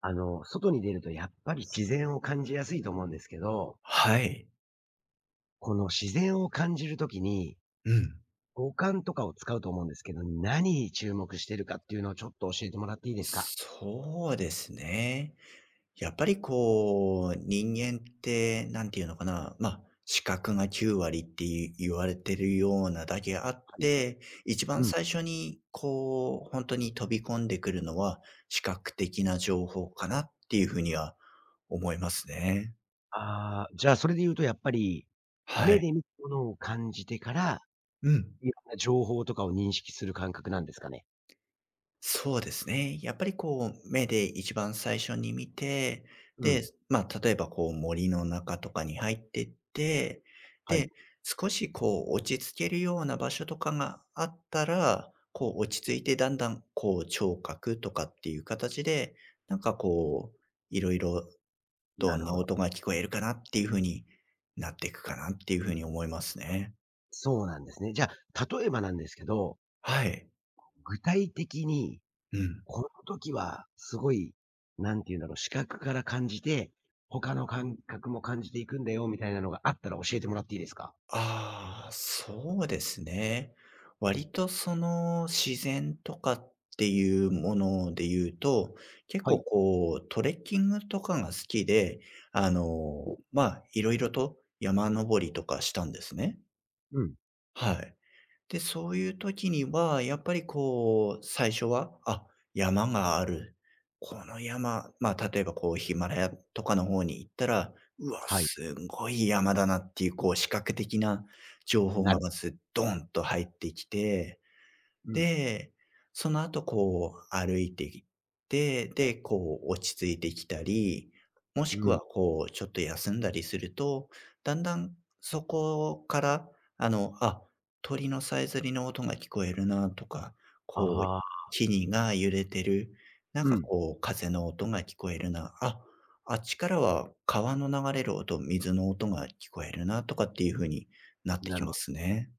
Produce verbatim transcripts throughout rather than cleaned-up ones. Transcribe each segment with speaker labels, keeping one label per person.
Speaker 1: あの、外に出るとやっぱり自然を感じやすいと思うんですけど、
Speaker 2: はい。
Speaker 1: この自然を感じるときに、
Speaker 2: うん。
Speaker 1: 五感とかを使うと思うんですけど、何に注目してるかっていうのをちょっと教えてもらっていいですか？
Speaker 2: そうですね。やっぱりこう、人間って、なんていうのかな、ま、あ視覚がきゅう割って言われてるようなだけあって、一
Speaker 1: う
Speaker 2: 番
Speaker 1: ん。
Speaker 2: 最初にこう、本当に飛び込んでくるのは、視覚的な情報かなっていうふうには思いますね。
Speaker 1: ああ、じゃあそれで言うとやっぱり、
Speaker 2: は
Speaker 1: 目
Speaker 2: い。
Speaker 1: で見たものを感じてから、
Speaker 2: うん。
Speaker 1: いろんな情報とかを認識する感覚なんですかね？
Speaker 2: そうですね。やっぱりこう、目で一番最初に見て、
Speaker 1: う
Speaker 2: で、
Speaker 1: ん。
Speaker 2: まあ、例えばこう森の中とかに入ってって、
Speaker 1: はい。
Speaker 2: で、少しこう落ち着けるような場所とかがあったら、こう落ち着いてだんだんこう聴覚とかっていう形で、なんかこう、いろいろど
Speaker 1: なる
Speaker 2: んな
Speaker 1: ほど。
Speaker 2: 音が聞こえるかなっていうふうになっていくかなっていうふうに思いますね。
Speaker 1: そうなんですね。じゃあ、例えばなんですけど、
Speaker 2: はい。
Speaker 1: 具体的に
Speaker 2: うん。
Speaker 1: この時は、すごい、なんていうんだろう、視覚から感じて、他の感覚も感じていくんだよ、みたいなのがあったら教えてもらっていいですか？
Speaker 2: ああ、そうですね。割とその自然とかっていうもので言うと、結
Speaker 1: はい。
Speaker 2: 構こうトレッキングとかが好きで、あの、まあ、いろいろと山登りとかしたんですね。
Speaker 1: うん。
Speaker 2: はい。で、そういう時には、やっぱりこう、最初は、あ、山がある。この山、まあ、例えばこう、ヒマラヤとかの方に行ったら、うわ、
Speaker 1: はい。
Speaker 2: すごい山だなっていう、こう、視覚的な情報
Speaker 1: な
Speaker 2: が
Speaker 1: る
Speaker 2: まず、ドンと入ってきて、
Speaker 1: うん、
Speaker 2: で、その後こう歩いてきて、で、こう落ち着いてきたり、もし
Speaker 1: う
Speaker 2: く
Speaker 1: ん。
Speaker 2: はこうちょっと休んだりすると、だんだんそこから、あの、あ、鳥のさえずりの音が聞こえるなとか、こう
Speaker 1: ああ。
Speaker 2: 木々が揺れてる、なん
Speaker 1: う
Speaker 2: か
Speaker 1: ん、
Speaker 2: こう風の音が聞こえるな、あ、あっちからは川の流れる音、水の音が聞こえるなとかっていう風になって
Speaker 1: な
Speaker 2: き
Speaker 1: るほ
Speaker 2: ま
Speaker 1: ど。
Speaker 2: すね。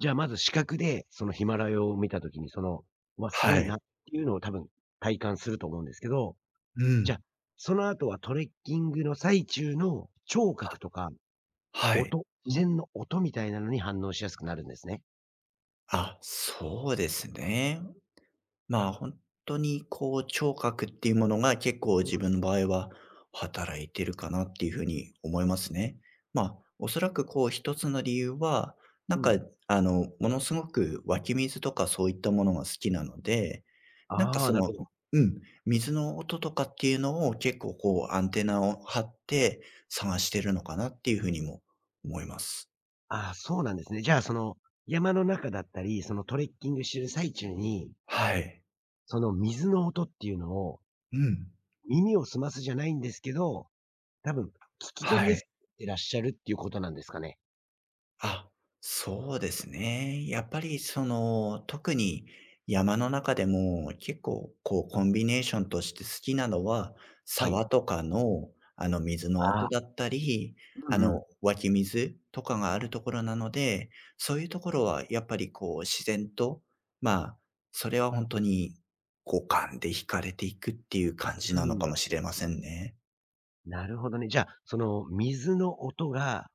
Speaker 1: じゃあ、まず視覚で、そのヒマラヤを見た時に、その、わ、すご
Speaker 2: は
Speaker 1: い
Speaker 2: い。
Speaker 1: なっていうのを多分体感すると思うんですけど、
Speaker 2: う
Speaker 1: じゃ、あ
Speaker 2: ん。
Speaker 1: その後はトレッキングの最中の聴覚
Speaker 2: は
Speaker 1: とか
Speaker 2: はい。
Speaker 1: 音、自然の音みたいなのに反応しやすくなるんですね。
Speaker 2: あ、そうですね。まあ、本当にこう、聴覚っていうものが結構
Speaker 1: う
Speaker 2: 自
Speaker 1: ん、
Speaker 2: 分の場合は働いてるかなっていうふうに思いますね。まあ、おそらくこう一つの理由は、な
Speaker 1: う
Speaker 2: んか
Speaker 1: ん。
Speaker 2: あの、ものすごく湧き水とかそういったものが好きなので、なんか
Speaker 1: ああ、
Speaker 2: そ
Speaker 1: なる
Speaker 2: の
Speaker 1: ほど。
Speaker 2: うん、水の音とかっていうのを結構こうアンテナを張って探してるのかなっていうふうにも思います。
Speaker 1: ああ、そうなんですね。じゃあ、その、山の中だったり、そのトレッキングしてる最中に、
Speaker 2: はい。
Speaker 1: その水の音っていうのを、
Speaker 2: うん。
Speaker 1: 耳を澄ますじゃないんですけど、多分、聞き取り
Speaker 2: は
Speaker 1: やすく
Speaker 2: い。
Speaker 1: なってらっしゃるっていうことなんですかね？
Speaker 2: あ、そうですね。やっぱりその、特に山の中でも結構こうコンビネーションとして好きなのは、
Speaker 1: はい。
Speaker 2: 沢とかのあの水の
Speaker 1: あ
Speaker 2: 音
Speaker 1: あ、
Speaker 2: だったり、
Speaker 1: う
Speaker 2: あ
Speaker 1: んう
Speaker 2: の
Speaker 1: ん。
Speaker 2: 湧き水とかがあるところなので、そういうところはやっぱりこう自然と、まあ、それは本当に五感で惹かれていくっていう感じ
Speaker 1: う
Speaker 2: なの
Speaker 1: ん。
Speaker 2: かもしれませんね。
Speaker 1: なるほどね。じゃあ、その水の音が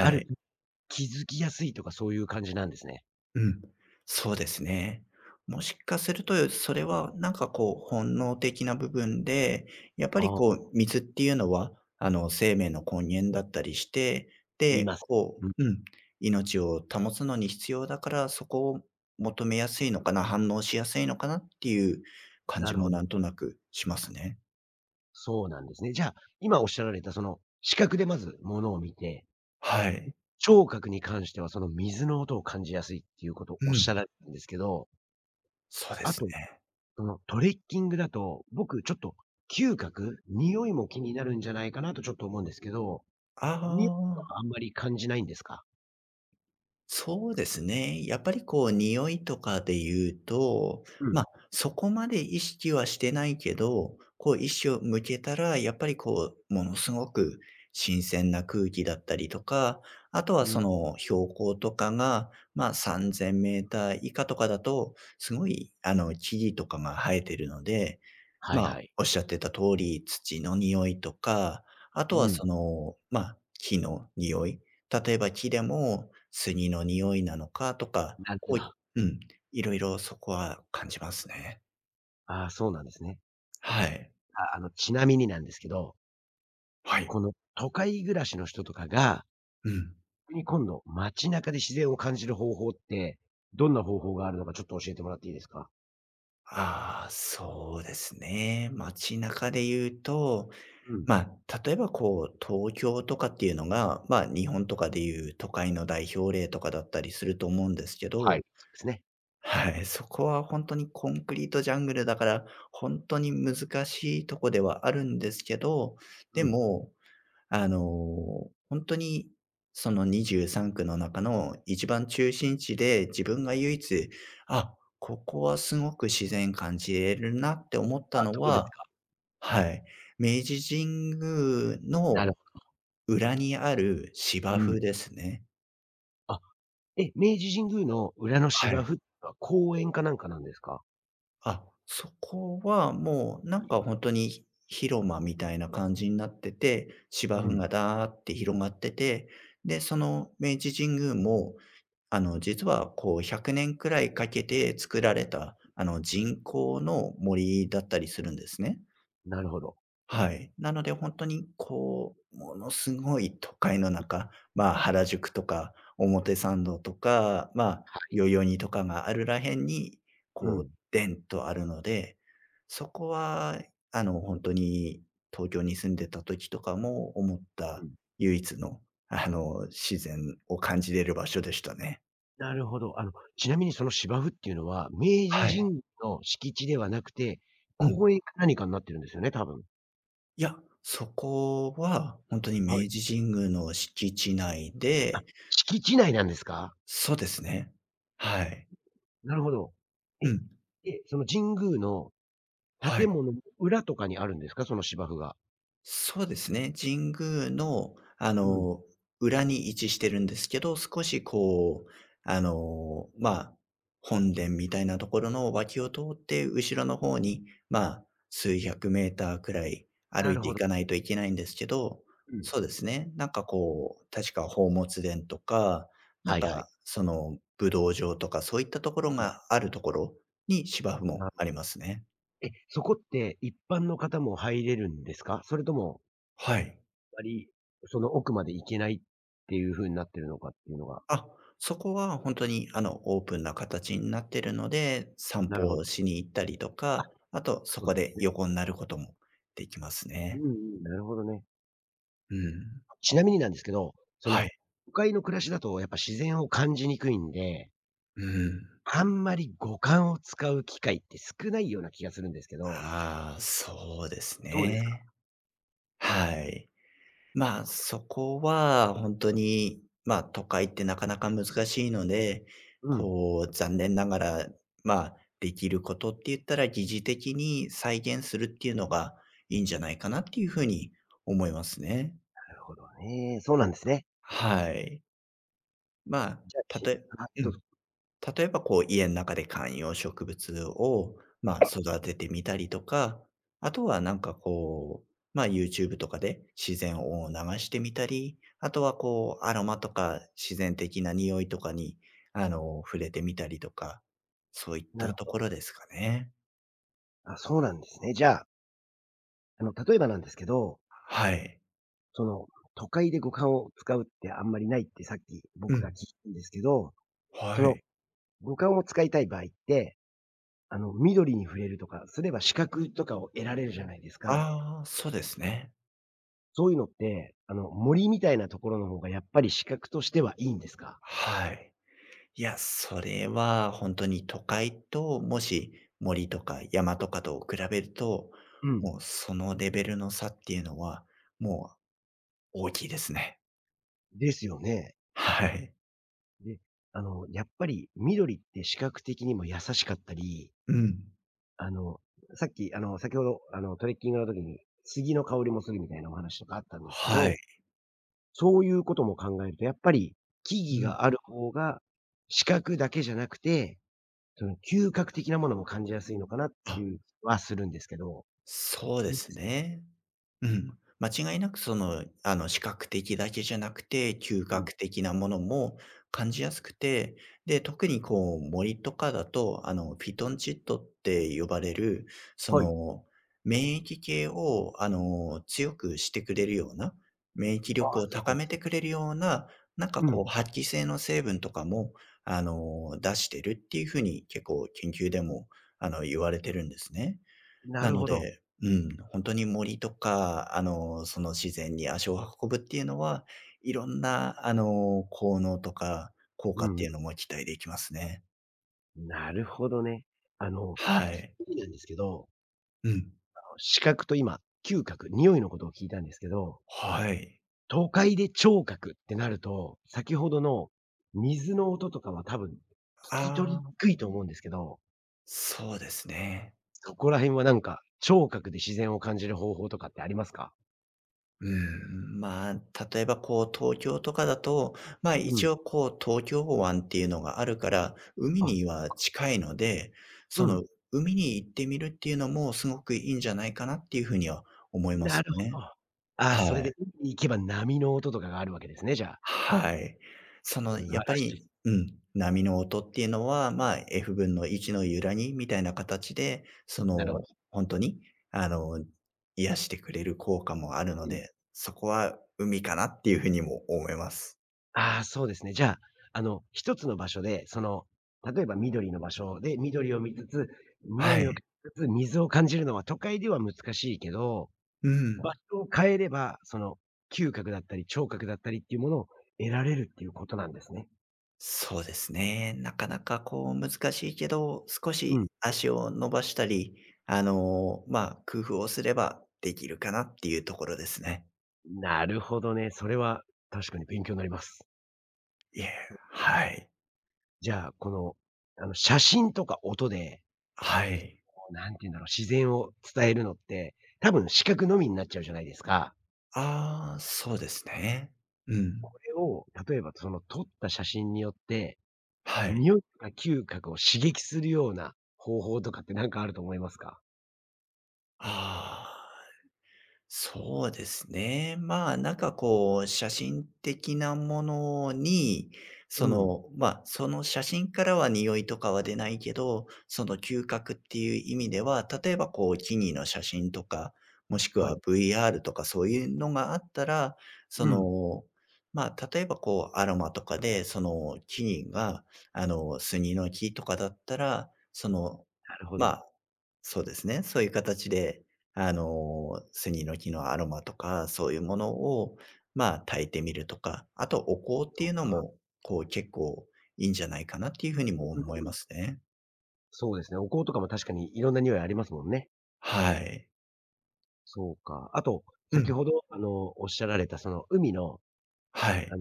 Speaker 1: ある、
Speaker 2: い。
Speaker 1: 気づきやすいとかそういう感じなんですね。
Speaker 2: うん、そうですね。もしかすると、それはなんかこう本能的な部分で、やっぱり
Speaker 1: あ
Speaker 2: こ
Speaker 1: あ、
Speaker 2: う水っていうのは、あの生命の根源だったりして、
Speaker 1: 言い
Speaker 2: で、
Speaker 1: ます。
Speaker 2: こ
Speaker 1: うん、
Speaker 2: う、うん、命を保つのに必要だから、そこを求めやすいのかな、反応しやすいのかなっていう感
Speaker 1: な
Speaker 2: じ
Speaker 1: るほ
Speaker 2: も
Speaker 1: ど。
Speaker 2: なんとなくしますね。
Speaker 1: そうなんですね。じゃあ、今おっしゃられたその、視覚でまず物を見て、
Speaker 2: はい。
Speaker 1: 聴覚に関しては、その水の音を感じやすいっていうことを
Speaker 2: う
Speaker 1: おっし
Speaker 2: ん、
Speaker 1: ゃられたんですけど、
Speaker 2: そうで
Speaker 1: あ
Speaker 2: す
Speaker 1: と、
Speaker 2: ね。
Speaker 1: そのトレッキングだと、僕ちょっと嗅覚、匂いも気になるんじゃないかなとちょっと思うんですけど、
Speaker 2: あ
Speaker 1: 匂いと
Speaker 2: あ。
Speaker 1: かあんまり感じないんですか？
Speaker 2: そうですね。やっぱりこう匂いとかで言うと、
Speaker 1: う
Speaker 2: ま
Speaker 1: ん、
Speaker 2: あ、そこまで意識はしてないけど、こう意識を向けたら、やっぱりこう、ものすごく新鮮な空気だったりとか、あとは
Speaker 1: うん。
Speaker 2: その標高とかが、まあ、さん れい ぜろ ぜろーター以下とかだと、すごいあの木々とかが生えてるので、
Speaker 1: はい
Speaker 2: ま
Speaker 1: は
Speaker 2: あ、
Speaker 1: い。
Speaker 2: おっしゃってた通り、土の匂いとか、あと
Speaker 1: う
Speaker 2: は
Speaker 1: ん、
Speaker 2: その、まあ、木の匂い、例えば木でも杉の匂いなのかとか、
Speaker 1: なるほ
Speaker 2: こ
Speaker 1: ど。
Speaker 2: ううん、いろいろそこは感じますね。
Speaker 1: ああ、そうなんですね。
Speaker 2: はい。
Speaker 1: あ、あの、ちなみになんですけど、
Speaker 2: はい。
Speaker 1: この都会暮らしの人とかが、
Speaker 2: うん。
Speaker 1: 逆に今度街中で自然を感じる方法って、どんな方法があるのかちょっと教えてもらっていいですか？
Speaker 2: ああ、そうですね。街中で言うと、
Speaker 1: うん。
Speaker 2: まあ、例えばこう、東京とかっていうのが、まあ、日本とかでいう都会の代表例とかだったりすると思うんですけ
Speaker 1: は
Speaker 2: ど、
Speaker 1: い、そうですね。
Speaker 2: はい、そこは本当にコンクリートジャングルだから、本当に難しいとこではあるんですけど、で
Speaker 1: うん。
Speaker 2: もあの、本当に、そのにじゅうさんく区の中の一番中心地で、自分が唯一、あ、ここはすごく自然感じれるなって思った
Speaker 1: あ、
Speaker 2: の
Speaker 1: どこです
Speaker 2: は、
Speaker 1: か？
Speaker 2: はい、明治神宮
Speaker 1: なる
Speaker 2: の
Speaker 1: ほ
Speaker 2: 裏にある
Speaker 1: ど。
Speaker 2: 芝
Speaker 1: うん。
Speaker 2: 生ですね。
Speaker 1: あ、え、明治神宮の裏の
Speaker 2: は
Speaker 1: 芝
Speaker 2: い。
Speaker 1: 生は公園かなんかなんですか？
Speaker 2: あ、そこはもうなんか本当に広間みたいな感じになってて、芝
Speaker 1: う
Speaker 2: 生
Speaker 1: ん。
Speaker 2: がだーって広がってて、で、その明治神宮もあの、実はこう100年くねんくらいかけて作られた、あの、人工の森だったりするんですね。
Speaker 1: なるほど。は
Speaker 2: はい。なので本当にこう、ものすごい都会の中、まあ、原宿とか表参道とか、まあ、
Speaker 1: い。
Speaker 2: 代々木とかがあるらへんに、
Speaker 1: う
Speaker 2: こ
Speaker 1: ん、
Speaker 2: う、でんとあるので、そこは、あの、本当に東京に住んでた時とかも思っ
Speaker 1: う
Speaker 2: た
Speaker 1: ん。
Speaker 2: 唯一の、あの、自然を感じれる場所でしたね。
Speaker 1: なるほど。あの、ちなみにその芝生っていうのは、明治
Speaker 2: はい。
Speaker 1: 神宮の敷地ではなくて、
Speaker 2: うん。
Speaker 1: 公園か何かになってるんですよね、多分。
Speaker 2: いや、そこは本当に
Speaker 1: は
Speaker 2: 明
Speaker 1: い。
Speaker 2: 治神宮の敷地内
Speaker 1: あ、
Speaker 2: で、
Speaker 1: 敷地内なんですか？
Speaker 2: そうですね。はい。
Speaker 1: なるほど。
Speaker 2: う
Speaker 1: え、
Speaker 2: ん。
Speaker 1: え、その神宮の
Speaker 2: は
Speaker 1: 建
Speaker 2: い。
Speaker 1: 物の裏とかにあるんですか？その芝生が。
Speaker 2: そうですね。神宮の、あ
Speaker 1: うん。
Speaker 2: の、裏に位置してるんですけど、少しこう、あの、まあ、本殿みたいなところの脇を通って、後ろの方に、まあ、数百メーターくらい
Speaker 1: な
Speaker 2: 歩い
Speaker 1: る
Speaker 2: て
Speaker 1: ほ
Speaker 2: い
Speaker 1: ど。
Speaker 2: かないといけないんですけど、
Speaker 1: うん。
Speaker 2: そうですね。なんかこう、確か宝物殿とか、な
Speaker 1: は
Speaker 2: ん
Speaker 1: いはい。
Speaker 2: かその武道場とかそういったところ
Speaker 1: うん。
Speaker 2: があるところに芝生
Speaker 1: な
Speaker 2: もありますね。
Speaker 1: え、そこって一般の方も入れるんですか？それとも、
Speaker 2: はい。
Speaker 1: あまり、その奥まで行けないっていう風になってるのかっていうのが。
Speaker 2: あ、そこは本当に、あの、オープンな形になってるので、散
Speaker 1: なる
Speaker 2: 歩
Speaker 1: ほ
Speaker 2: を
Speaker 1: ど。
Speaker 2: しに行ったりと
Speaker 1: あ、
Speaker 2: か、あとそ
Speaker 1: そうなん
Speaker 2: こ
Speaker 1: で
Speaker 2: で
Speaker 1: すね。
Speaker 2: 横になることもできます
Speaker 1: うん
Speaker 2: ね。
Speaker 1: うん、なるほどね。
Speaker 2: うん。
Speaker 1: ちなみになんですけど、そ
Speaker 2: は
Speaker 1: の、
Speaker 2: い。
Speaker 1: 都会の暮らしだとやっぱ自然を感じにくいんで、
Speaker 2: うん。
Speaker 1: あんまり五感を使う機会って少ないような気がするんですけど、
Speaker 2: ああ、そうです
Speaker 1: どうですか？
Speaker 2: ね。はい。まあ、そこは本当に、ま、あ都会ってなかなか難しいので、
Speaker 1: うん、
Speaker 2: こう、残念ながら、ま、あできることって言ったら、擬似的に再現するっていうのがいいんじゃないかなっていうふうに思いますね。
Speaker 1: なるほどね。そうなんですね。
Speaker 2: はい。まあ、
Speaker 1: じゃあ、
Speaker 2: た
Speaker 1: ち
Speaker 2: とえう
Speaker 1: どうぞ。
Speaker 2: ん。例えば、こう、家の中で観葉植物を、まあ、育ててみたりとか、あとはなんか、こう、まあ、YouTube とかで自然音を流してみたり、あとは、こう、アロマとか自然的な匂いとかに、あの、触れてみたりとか、そういっ
Speaker 1: なる
Speaker 2: たと
Speaker 1: ほ
Speaker 2: こ
Speaker 1: ど。
Speaker 2: ろですかね。
Speaker 1: あ、そうなんですね。じゃあ、あの、例えばなんですけど
Speaker 2: はい。
Speaker 1: その、都会で五感を使うってあんまりないってさっき
Speaker 2: う
Speaker 1: 僕が聞い
Speaker 2: ん。
Speaker 1: たんですけど、そ
Speaker 2: は
Speaker 1: の
Speaker 2: い。
Speaker 1: 五感を使いたい場合って、あの、緑に触れるとかすれば視覚とかを得られるじゃないですか。
Speaker 2: ああ、そうですね。
Speaker 1: そういうのって、あの、森みたいなところの方がやっぱり視覚としてはいいんですか？
Speaker 2: はい。いや、それは本当に都会と、もし森とか山とかと比べると、
Speaker 1: うん。
Speaker 2: もうそのレベルの差っていうのは、もう大きいですね。
Speaker 1: ですよね。
Speaker 2: はい。
Speaker 1: で、あの、やっぱり緑って視覚的にも優しかったり、
Speaker 2: うん。
Speaker 1: あの、さっき、あの、先ほど、あの、トレッキングの時に杉の香りもするみたいなお話とかあったんですけ
Speaker 2: は
Speaker 1: ど、
Speaker 2: い。
Speaker 1: そういうことも考えると、やっぱり木
Speaker 2: う
Speaker 1: 々
Speaker 2: ん。
Speaker 1: がある方が、視覚だけじゃなくて、その嗅覚的なものも感じやすいのかなって
Speaker 2: あ、
Speaker 1: いう気はするんですけど。ど
Speaker 2: そう
Speaker 1: う
Speaker 2: で
Speaker 1: で
Speaker 2: す
Speaker 1: す
Speaker 2: ね。うん。間違いなくその、あの、視覚的だけじゃなくて、嗅
Speaker 1: か？うん。
Speaker 2: 覚的なものも感じやすくて、で、特にこう森とかだと、あの、フィトンチッドって呼ばれる、そ
Speaker 1: はい。
Speaker 2: の、免疫系を、あの、強くしてくれるような、免疫
Speaker 1: あ
Speaker 2: 力
Speaker 1: あ、
Speaker 2: を
Speaker 1: そうなん
Speaker 2: 高
Speaker 1: で
Speaker 2: め
Speaker 1: す
Speaker 2: て
Speaker 1: ね。
Speaker 2: くれるような、なんか
Speaker 1: うん。
Speaker 2: こう、発揮性の成分とかも、あの、出してるっていうふうに結構研究でも、あの、言われてるんですね。
Speaker 1: な
Speaker 2: な
Speaker 1: る
Speaker 2: の
Speaker 1: ほど。
Speaker 2: で、うん、本当に森とか、あの、その自然に足を運ぶっていうのは、いろんな、あの、効能とか効
Speaker 1: う
Speaker 2: 果っ
Speaker 1: んうん。
Speaker 2: ていうのも期待できますね。
Speaker 1: なるほどね。あの、
Speaker 2: はい。
Speaker 1: 次なんですけど、
Speaker 2: うん。
Speaker 1: あの、視覚と今、嗅覚、匂いのことを聞いたんですけど、
Speaker 2: はい。
Speaker 1: 都会で聴覚ってなると、先ほどの水の音とかは多分聞き取りに
Speaker 2: ああ、
Speaker 1: くいと思うんですけど、
Speaker 2: そうですね。
Speaker 1: そこら辺はなんか、聴覚で自然を感じる方法とかってありますか？
Speaker 2: うん、まあ、例えばこう東京とかだと、まあ、
Speaker 1: うん。
Speaker 2: 一応こう東京湾っていうのがあるから、海
Speaker 1: あ、
Speaker 2: には近いので、
Speaker 1: う
Speaker 2: その
Speaker 1: ん。
Speaker 2: 海に行ってみるっていうのもすごくいいんじゃないかなっていうふうには思いま
Speaker 1: な
Speaker 2: す
Speaker 1: るほ
Speaker 2: ね。
Speaker 1: ど。ああ、
Speaker 2: は
Speaker 1: それ
Speaker 2: い。
Speaker 1: で海に行けば波の音とかがあるわけですね、じゃあ。
Speaker 2: はい。そ
Speaker 1: 素
Speaker 2: の、やっ
Speaker 1: 晴
Speaker 2: ぱ
Speaker 1: らしい。
Speaker 2: りうん、波の音っていうのは、まあ、F 分のいちの揺らぎみたいな形で、そ
Speaker 1: なるほ
Speaker 2: の、
Speaker 1: ど。
Speaker 2: ほんとに、あの、癒してくれる効果もあるの
Speaker 1: うん。
Speaker 2: で、そこは海かなっていうふうにも思います。
Speaker 1: ああ、そうですね。じゃあ、あの、一つの場所で、その、例えば緑の場所で緑を見つつ、匂
Speaker 2: は
Speaker 1: いを嗅
Speaker 2: い。
Speaker 1: ぎつつ、水を感じるのは都会では難しいけど、
Speaker 2: う
Speaker 1: 場
Speaker 2: ん。
Speaker 1: 所を変えれば、その、嗅覚だったり聴覚だったりっていうものを得られるっていうことなんですね。
Speaker 2: そうですね。なかなかこう難しいけど、少
Speaker 1: うん。
Speaker 2: し足を伸ばしたり、あの、まあ、工夫をすればできるかなっていうところですね。
Speaker 1: なるほどね。それは確かに勉強になります。
Speaker 2: いえ、はい。
Speaker 1: じゃあ、この、あの、写真とか音で、
Speaker 2: はい。
Speaker 1: こう、なんて言うんだろう、自然を伝えるのって、多分視覚のみになっちゃうじゃないですか。
Speaker 2: ああ、そうですね。う
Speaker 1: こ
Speaker 2: ん。
Speaker 1: れを、例えばその撮った写真によって、
Speaker 2: はい。
Speaker 1: 匂いとか嗅覚を刺激するような方法とかってなんかあると思いますか？
Speaker 2: ああ。そうですね。まあ、なんかこう、写真的なものに、
Speaker 1: う
Speaker 2: そ
Speaker 1: ん。
Speaker 2: の、まあ、その写真からは匂いとかは出ないけど、その嗅覚っていう意味では、例えばこう、木々の写真とか、もしく
Speaker 1: はい。
Speaker 2: は ブイアール とかそういうのがあったら、そ
Speaker 1: うん。
Speaker 2: の、まあ、例えばこう、アロマとかで、その木々が、あの、スギの木とかだったら、その、
Speaker 1: なるほ
Speaker 2: ま
Speaker 1: ど。
Speaker 2: あ、そうですね。そういう形で、あの、スギの木のアロマとか、そういうものを、まあ、焚いてみるとか、あとお香っていうの
Speaker 1: そ
Speaker 2: も、こう、結構いいんじゃないかなっていうふうに
Speaker 1: う。
Speaker 2: も
Speaker 1: う
Speaker 2: 思い
Speaker 1: ん。
Speaker 2: ますね。
Speaker 1: そうですね。お香とかも確かにいろんな匂いありますもんね。
Speaker 2: はい。
Speaker 1: そうか。あと、
Speaker 2: う
Speaker 1: 先
Speaker 2: ん。
Speaker 1: ほど、あの、おっしゃられたその海の、
Speaker 2: は
Speaker 1: あ
Speaker 2: い。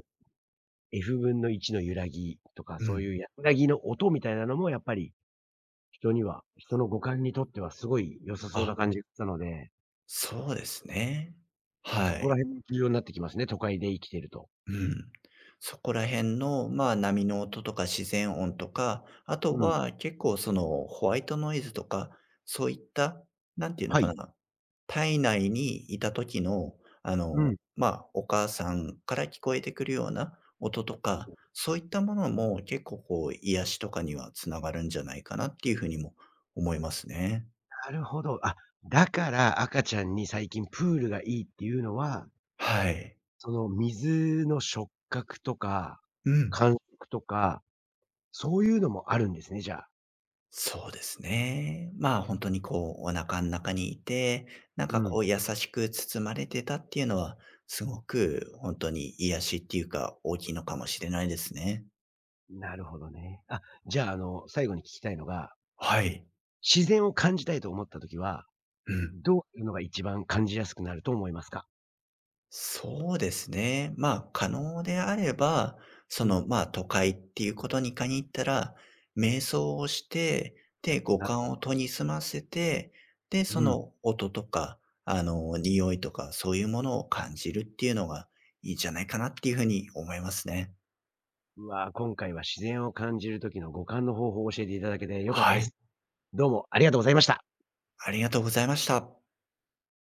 Speaker 1: F 分のいちの揺らぎとか、
Speaker 2: う
Speaker 1: そう
Speaker 2: ん。
Speaker 1: いう揺らぎの音みたいなのもやっぱり、人には人の五感にとってはすごい良さそうな
Speaker 2: あ、
Speaker 1: 感じがしたので、
Speaker 2: そうですね。
Speaker 1: そ
Speaker 2: は
Speaker 1: こら
Speaker 2: い。
Speaker 1: 辺も重要になってきますね、都会で生きてると。
Speaker 2: うん。そこら辺の、まあ、波の音とか自然音とか、あと
Speaker 1: うん。
Speaker 2: は結構そのホワイトノイズとか、そういった、なんていうの
Speaker 1: はい。
Speaker 2: かな、体内にいた時の、あ
Speaker 1: う
Speaker 2: の、
Speaker 1: ん。
Speaker 2: まあ、お母さんから聞こえてくるような音とか、そういったものも結構こう、癒しとかにはつながるんじゃないかなっていうふうにも思いますね。
Speaker 1: なるほど。あ、だから赤ちゃんに最近プールがいいっていうのは、
Speaker 2: はい。
Speaker 1: その水の触覚とか、
Speaker 2: うん。
Speaker 1: 感触とか、そういうのもあるんですね、じゃあ。
Speaker 2: そうですね。まあ、本当にこう、お腹の中にいて、なん
Speaker 1: う
Speaker 2: か
Speaker 1: ん。
Speaker 2: こう優しく包まれてたっていうのは、すごく本当に癒しっていうか、大きいのかもしれないですね。
Speaker 1: なるほどね。あ、じゃあ、あの、最後に聞きたいのが、
Speaker 2: はい。
Speaker 1: 自然を感じたいと思った時は
Speaker 2: うん。
Speaker 1: どういうのが一番感じやすくなると思いますか？
Speaker 2: そうですね。まあ、可能であれば、
Speaker 1: う
Speaker 2: そ
Speaker 1: ん、
Speaker 2: の、まあ、都会っていうことに限ったら、瞑想をして、で、五
Speaker 1: なるほ
Speaker 2: 感を
Speaker 1: ど。
Speaker 2: 研ぎ澄ませて、で、
Speaker 1: う
Speaker 2: そ
Speaker 1: ん。
Speaker 2: の音とか、あの、匂いとか、そういうものを感じるっていうのがいいんじゃないかなっていうふうに思いますね。
Speaker 1: うわ、今回は自然を感じる時の五感の方法を教えていただけて良かった
Speaker 2: は
Speaker 1: で
Speaker 2: い。
Speaker 1: す。どうもありがとうございました。
Speaker 2: ありがとうございました。